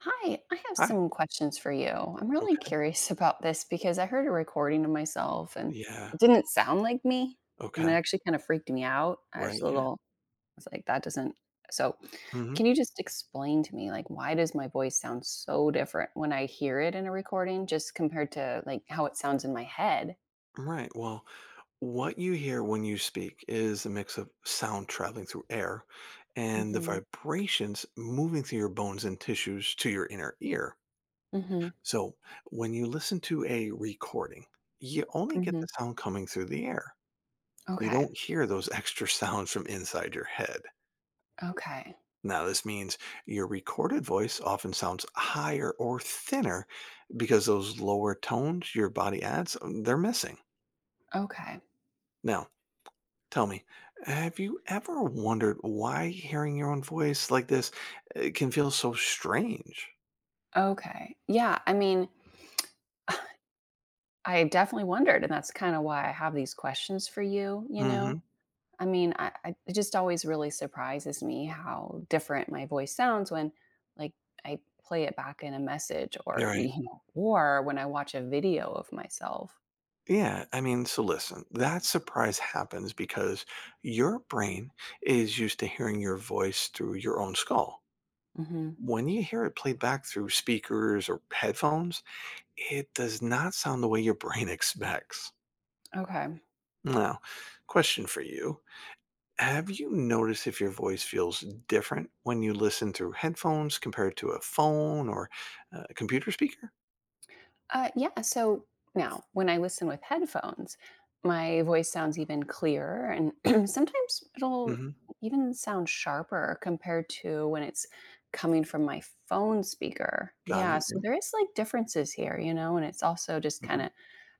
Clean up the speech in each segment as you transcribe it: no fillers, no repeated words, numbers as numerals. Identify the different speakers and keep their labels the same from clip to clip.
Speaker 1: Hi, I have
Speaker 2: Hi.
Speaker 1: some questions for you. I'm really
Speaker 2: Okay.
Speaker 1: curious about this because I heard a recording of myself and
Speaker 2: Yeah.
Speaker 1: it didn't sound like me. And it
Speaker 2: Okay.
Speaker 1: actually kind of freaked me out. I was
Speaker 2: Right.
Speaker 1: a
Speaker 2: Yeah.
Speaker 1: little, I was like, that doesn't. So,
Speaker 2: Hmm.
Speaker 1: can you just explain to me, like, why does my voice sound so different when I hear it in a recording just compared to like how it sounds in my head?
Speaker 2: Right. Well, what you hear when you speak is a mix of sound traveling through air and the
Speaker 1: Mm-hmm.
Speaker 2: vibrations moving through your bones and tissues to your inner ear.
Speaker 1: Mm-hmm.
Speaker 2: So when you listen to a recording, you only get the
Speaker 1: Mm-hmm.
Speaker 2: sound coming through the air. You
Speaker 1: Okay.
Speaker 2: don't hear those extra sounds from inside your head.
Speaker 1: Okay.
Speaker 2: Now, this means your recorded voice often sounds higher or thinner because those lower tones your body adds, they're missing.
Speaker 1: Okay.
Speaker 2: Now, tell me, have you ever wondered why hearing your own voice like this can feel so strange?
Speaker 1: Okay. Yeah. I mean, I definitely wondered, and that's kind of why I have these questions for you, you know?
Speaker 2: Hmm.
Speaker 1: I mean, I it just always really surprises me how different my voice sounds when like I play it back in a message
Speaker 2: You're
Speaker 1: or
Speaker 2: right.
Speaker 1: or when I watch a video of myself.
Speaker 2: Yeah, I mean, so listen, that surprise happens because your brain is used to hearing your voice through your own skull.
Speaker 1: Hmm.
Speaker 2: When you hear it played back through speakers or headphones, it does not sound the way your brain expects.
Speaker 1: Okay.
Speaker 2: Now, question for you. Have you noticed if your voice feels different when you listen through headphones compared to a phone or a computer speaker?
Speaker 1: Yeah. So now, when I listen with headphones, my voice sounds even clearer, and sometimes it'll
Speaker 2: Mhm.
Speaker 1: even sound sharper compared to when it's coming from my phone speaker.
Speaker 2: Got
Speaker 1: Yeah.
Speaker 2: it.
Speaker 1: So there is like differences here, and it's also just kind
Speaker 2: Mhm.
Speaker 1: of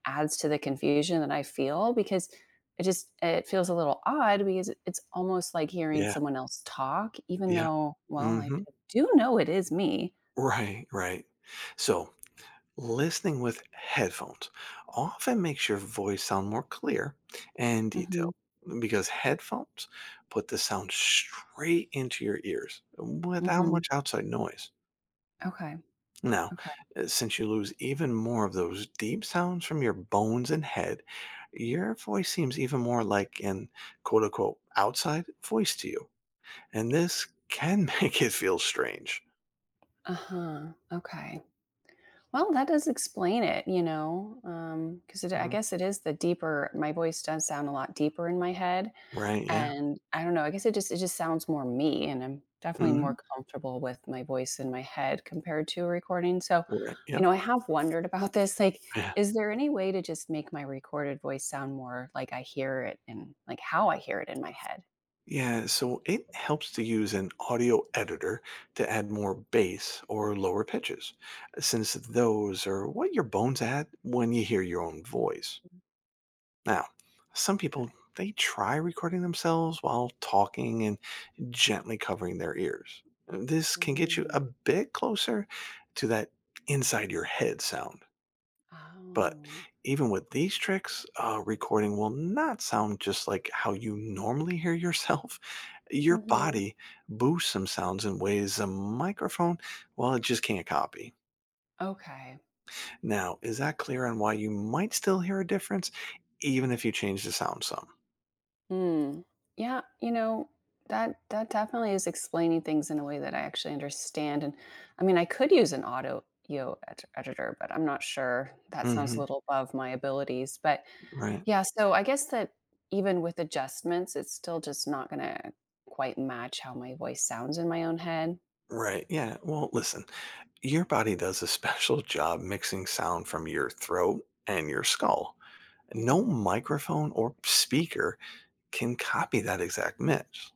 Speaker 1: adds to the confusion that I feel because it just it feels a little odd because it's almost like hearing
Speaker 2: Yeah.
Speaker 1: someone else talk, even
Speaker 2: Yeah.
Speaker 1: though, well, I
Speaker 2: Mhm.
Speaker 1: do know it is me.
Speaker 2: Right, right. So listening with headphones often makes your voice sound more clear and
Speaker 1: Hmm.
Speaker 2: detailed because headphones put the sound straight into your ears without
Speaker 1: Hmm.
Speaker 2: much outside noise.
Speaker 1: Okay.
Speaker 2: Now,
Speaker 1: Okay.
Speaker 2: since you lose even more of those deep sounds from your bones and head, your voice seems even more like an quote unquote outside voice to you. And this can make it feel strange.
Speaker 1: Uh-huh. Okay. Well, that does explain it, because it I
Speaker 2: Mm.
Speaker 1: guess it is the deeper my voice does sound a lot deeper in my head,
Speaker 2: Right? Yeah.
Speaker 1: and I don't know, I guess it just sounds more me, and I'm definitely
Speaker 2: Hmm.
Speaker 1: more comfortable with my voice in my head compared to a recording. So,
Speaker 2: Right. Yep.
Speaker 1: I have wondered about this, like, is there any way to just make my recorded voice sound more like I hear it and like how I hear it in my head?
Speaker 2: Yeah, so it helps to use an audio editor to add more bass or lower pitches, since those are what your bones at when you hear your own voice. Now, some people
Speaker 1: Okay.
Speaker 2: they try recording themselves while talking and gently covering their ears. This can get you a
Speaker 1: Mm.
Speaker 2: bit closer to that inside your head sound. But
Speaker 1: Oh.
Speaker 2: even with these tricks, recording will not sound just like how you normally hear yourself. Your
Speaker 1: Mhm.
Speaker 2: body boosts some sounds in ways a microphone, well, it just can't copy.
Speaker 1: Okay.
Speaker 2: Now, is that clear on why you might still hear a difference, even if you change the sound some?
Speaker 1: Hmm. Yeah, that definitely is explaining things in a way that I actually understand. And I mean, I could use an audio editor, but I'm not sure. That sounds a
Speaker 2: Hmm.
Speaker 1: little above my abilities. But
Speaker 2: Right.
Speaker 1: yeah, so I guess that even with adjustments, it's still just not going to quite match how my voice sounds in my own head.
Speaker 2: Right. Yeah. Well, listen, your body does a special job mixing sound from your throat and your skull. No
Speaker 1: Hmm.
Speaker 2: microphone or speaker can copy that exact mix.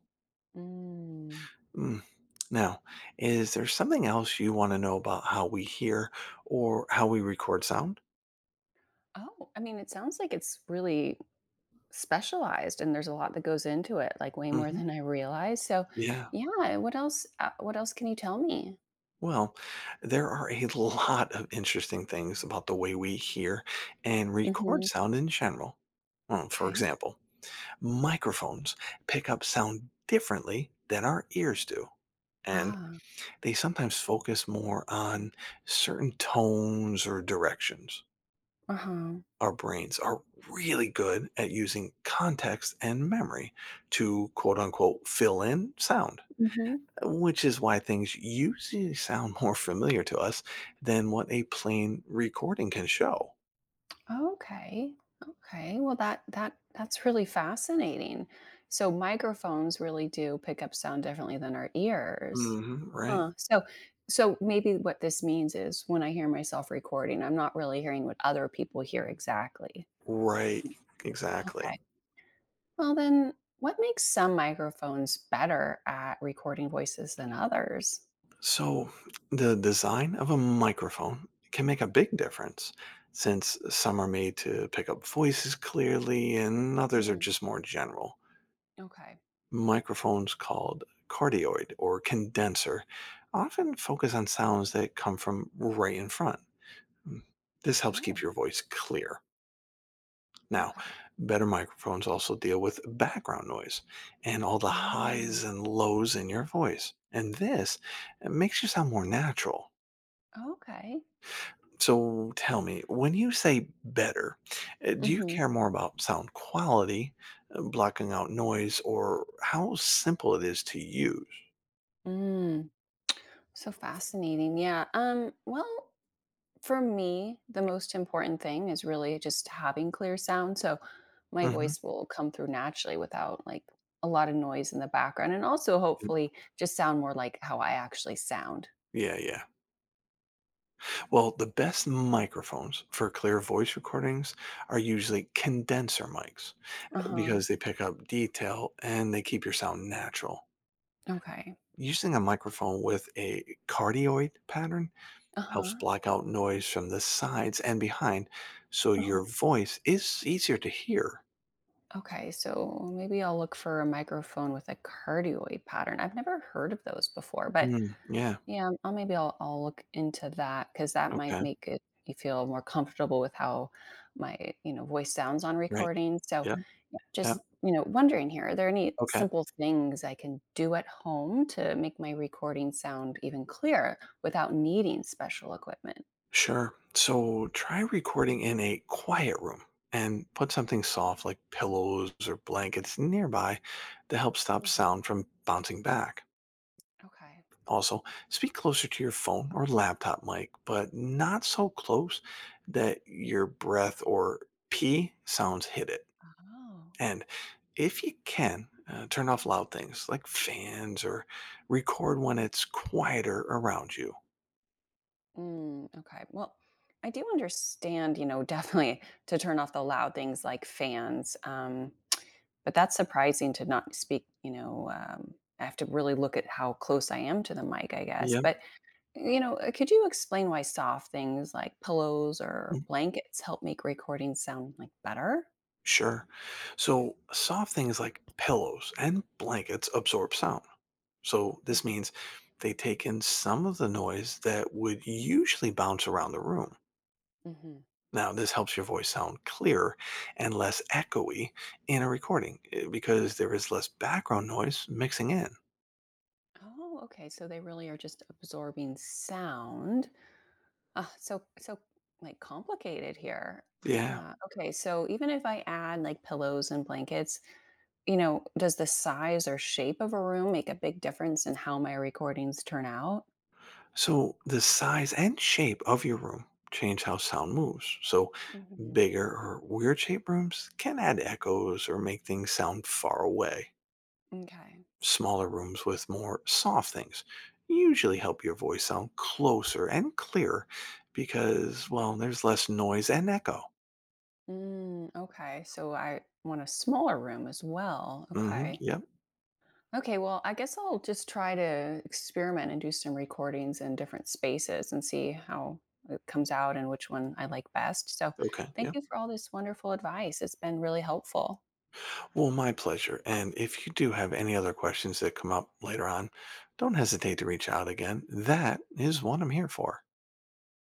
Speaker 1: Mm.
Speaker 2: Mm. Now, is there something else you want to know about how we hear or how we record sound?
Speaker 1: Oh, I mean, it sounds like it's really specialized and there's a lot that goes into it, like way more
Speaker 2: Hmm.
Speaker 1: than I realize. So,
Speaker 2: Yeah.
Speaker 1: yeah, what else can you tell me?
Speaker 2: Well, there are a lot of interesting things about the way we hear and record
Speaker 1: Mhm.
Speaker 2: sound in general. For
Speaker 1: Okay.
Speaker 2: example, microphones pick up sound differently than our ears do, and
Speaker 1: Ah.
Speaker 2: they sometimes focus more on certain tones or directions.
Speaker 1: Uh-huh.
Speaker 2: Our brains are really good at using context and memory to quote unquote fill in sound,
Speaker 1: Mhm.
Speaker 2: which is why things usually sound more familiar to us than what a plain recording can show.
Speaker 1: Okay. Okay. Well, that's really fascinating. So microphones really do pick up sound differently than our ears.
Speaker 2: Hmm, right.
Speaker 1: Huh. So maybe what this means is when I hear myself recording, I'm not really hearing what other people hear exactly.
Speaker 2: Right. Exactly.
Speaker 1: Okay. Well, then, what makes some microphones better at recording voices than others?
Speaker 2: So, the design of a microphone can make a big difference since some are made to pick up voices clearly and others are
Speaker 1: Mm,
Speaker 2: just more general.
Speaker 1: okay.
Speaker 2: Microphones called cardioid or condenser often focus on sounds that come from right in front. Mm. This helps keep
Speaker 1: Oh,
Speaker 2: your voice clear. Now,
Speaker 1: okay.
Speaker 2: better microphones also deal with background noise and all the highs
Speaker 1: Mm.
Speaker 2: and lows in your voice. And this makes you sound more natural.
Speaker 1: Okay.
Speaker 2: So tell me, when you say better, do you
Speaker 1: Hmm.
Speaker 2: care more about sound quality, blocking out noise, or how simple it is to use?
Speaker 1: Mm. So fascinating. Yeah. Well, for me, the most important thing is really just having clear sound. So my
Speaker 2: Hmm.
Speaker 1: voice will come through naturally without like a lot of noise in the background and also hopefully just sound more like how I actually sound.
Speaker 2: Yeah, yeah. Well, the best microphones for clear voice recordings are usually condenser mics
Speaker 1: Uh-huh.
Speaker 2: because they pick up detail and they keep your sound natural.
Speaker 1: Okay.
Speaker 2: Using a microphone with a cardioid pattern helps
Speaker 1: Uh-huh.
Speaker 2: block out noise from the sides and behind so your
Speaker 1: Uh-huh.
Speaker 2: voice is easier to hear.
Speaker 1: Okay, so maybe I'll look for a microphone with a cardioid pattern. I've never heard of those before, but
Speaker 2: Mm, yeah.
Speaker 1: yeah, I'll maybe I'll look into that because that might
Speaker 2: Okay.
Speaker 1: make it you feel more comfortable with how my voice sounds on
Speaker 2: Right.
Speaker 1: recording. So
Speaker 2: Yeah.
Speaker 1: yeah,
Speaker 2: Yeah.
Speaker 1: just wondering here, are there any
Speaker 2: Okay.
Speaker 1: simple things I can do at home to make my recording sound even clearer without needing special equipment?
Speaker 2: Sure. So try recording in a quiet room and put something soft like pillows or blankets nearby to help stop
Speaker 1: Mhm.
Speaker 2: sound from bouncing back.
Speaker 1: Okay.
Speaker 2: Also, speak closer to your phone or laptop mic, but not so close that your breath or pee sounds hit it.
Speaker 1: Oh.
Speaker 2: And if you can, turn off loud things like fans or record when it's quieter around you.
Speaker 1: Mm, okay. Well, I do understand, definitely to turn off the loud things like fans. But that's surprising to not speak, I have to really look at how close I am to the mic, I guess.
Speaker 2: Yep.
Speaker 1: But, could you explain why soft things like pillows or blankets help make recordings sound like better?
Speaker 2: Sure. So, soft things like pillows and blankets absorb sound. So, this
Speaker 1: Hmm.
Speaker 2: means they take in some of the noise that would usually bounce around the room.
Speaker 1: Hmm.
Speaker 2: Now, this helps your voice sound clearer and less echoey in a recording because there is less background noise mixing in.
Speaker 1: Oh, okay. So they really are just absorbing sound. Ugh, like, complicated here.
Speaker 2: Yeah.
Speaker 1: Yeah, okay, so even if I add, like, pillows and blankets, does the size or shape of a room make a big difference in how my recordings turn out?
Speaker 2: So, the size and shape of your room change how sound moves. So,
Speaker 1: Mhm.
Speaker 2: bigger or weird shaped rooms can add echoes or make things sound far away.
Speaker 1: M'kay.
Speaker 2: Smaller rooms with more soft things usually help your voice sound closer and clearer because, well, there's less noise and echo.
Speaker 1: Mm, okay, so I want a smaller room as well,
Speaker 2: Hmm.
Speaker 1: okay.
Speaker 2: Yep.
Speaker 1: Okay, well, I guess I'll just try to experiment and do some recordings in different spaces and see how it comes out and which one I like best. So,
Speaker 2: Okay.
Speaker 1: thank
Speaker 2: Yep.
Speaker 1: you for all this wonderful advice. It's been really helpful.
Speaker 2: Well, my pleasure. And if you do have any other questions that come up later on, don't hesitate to reach out again. That is what I'm here for.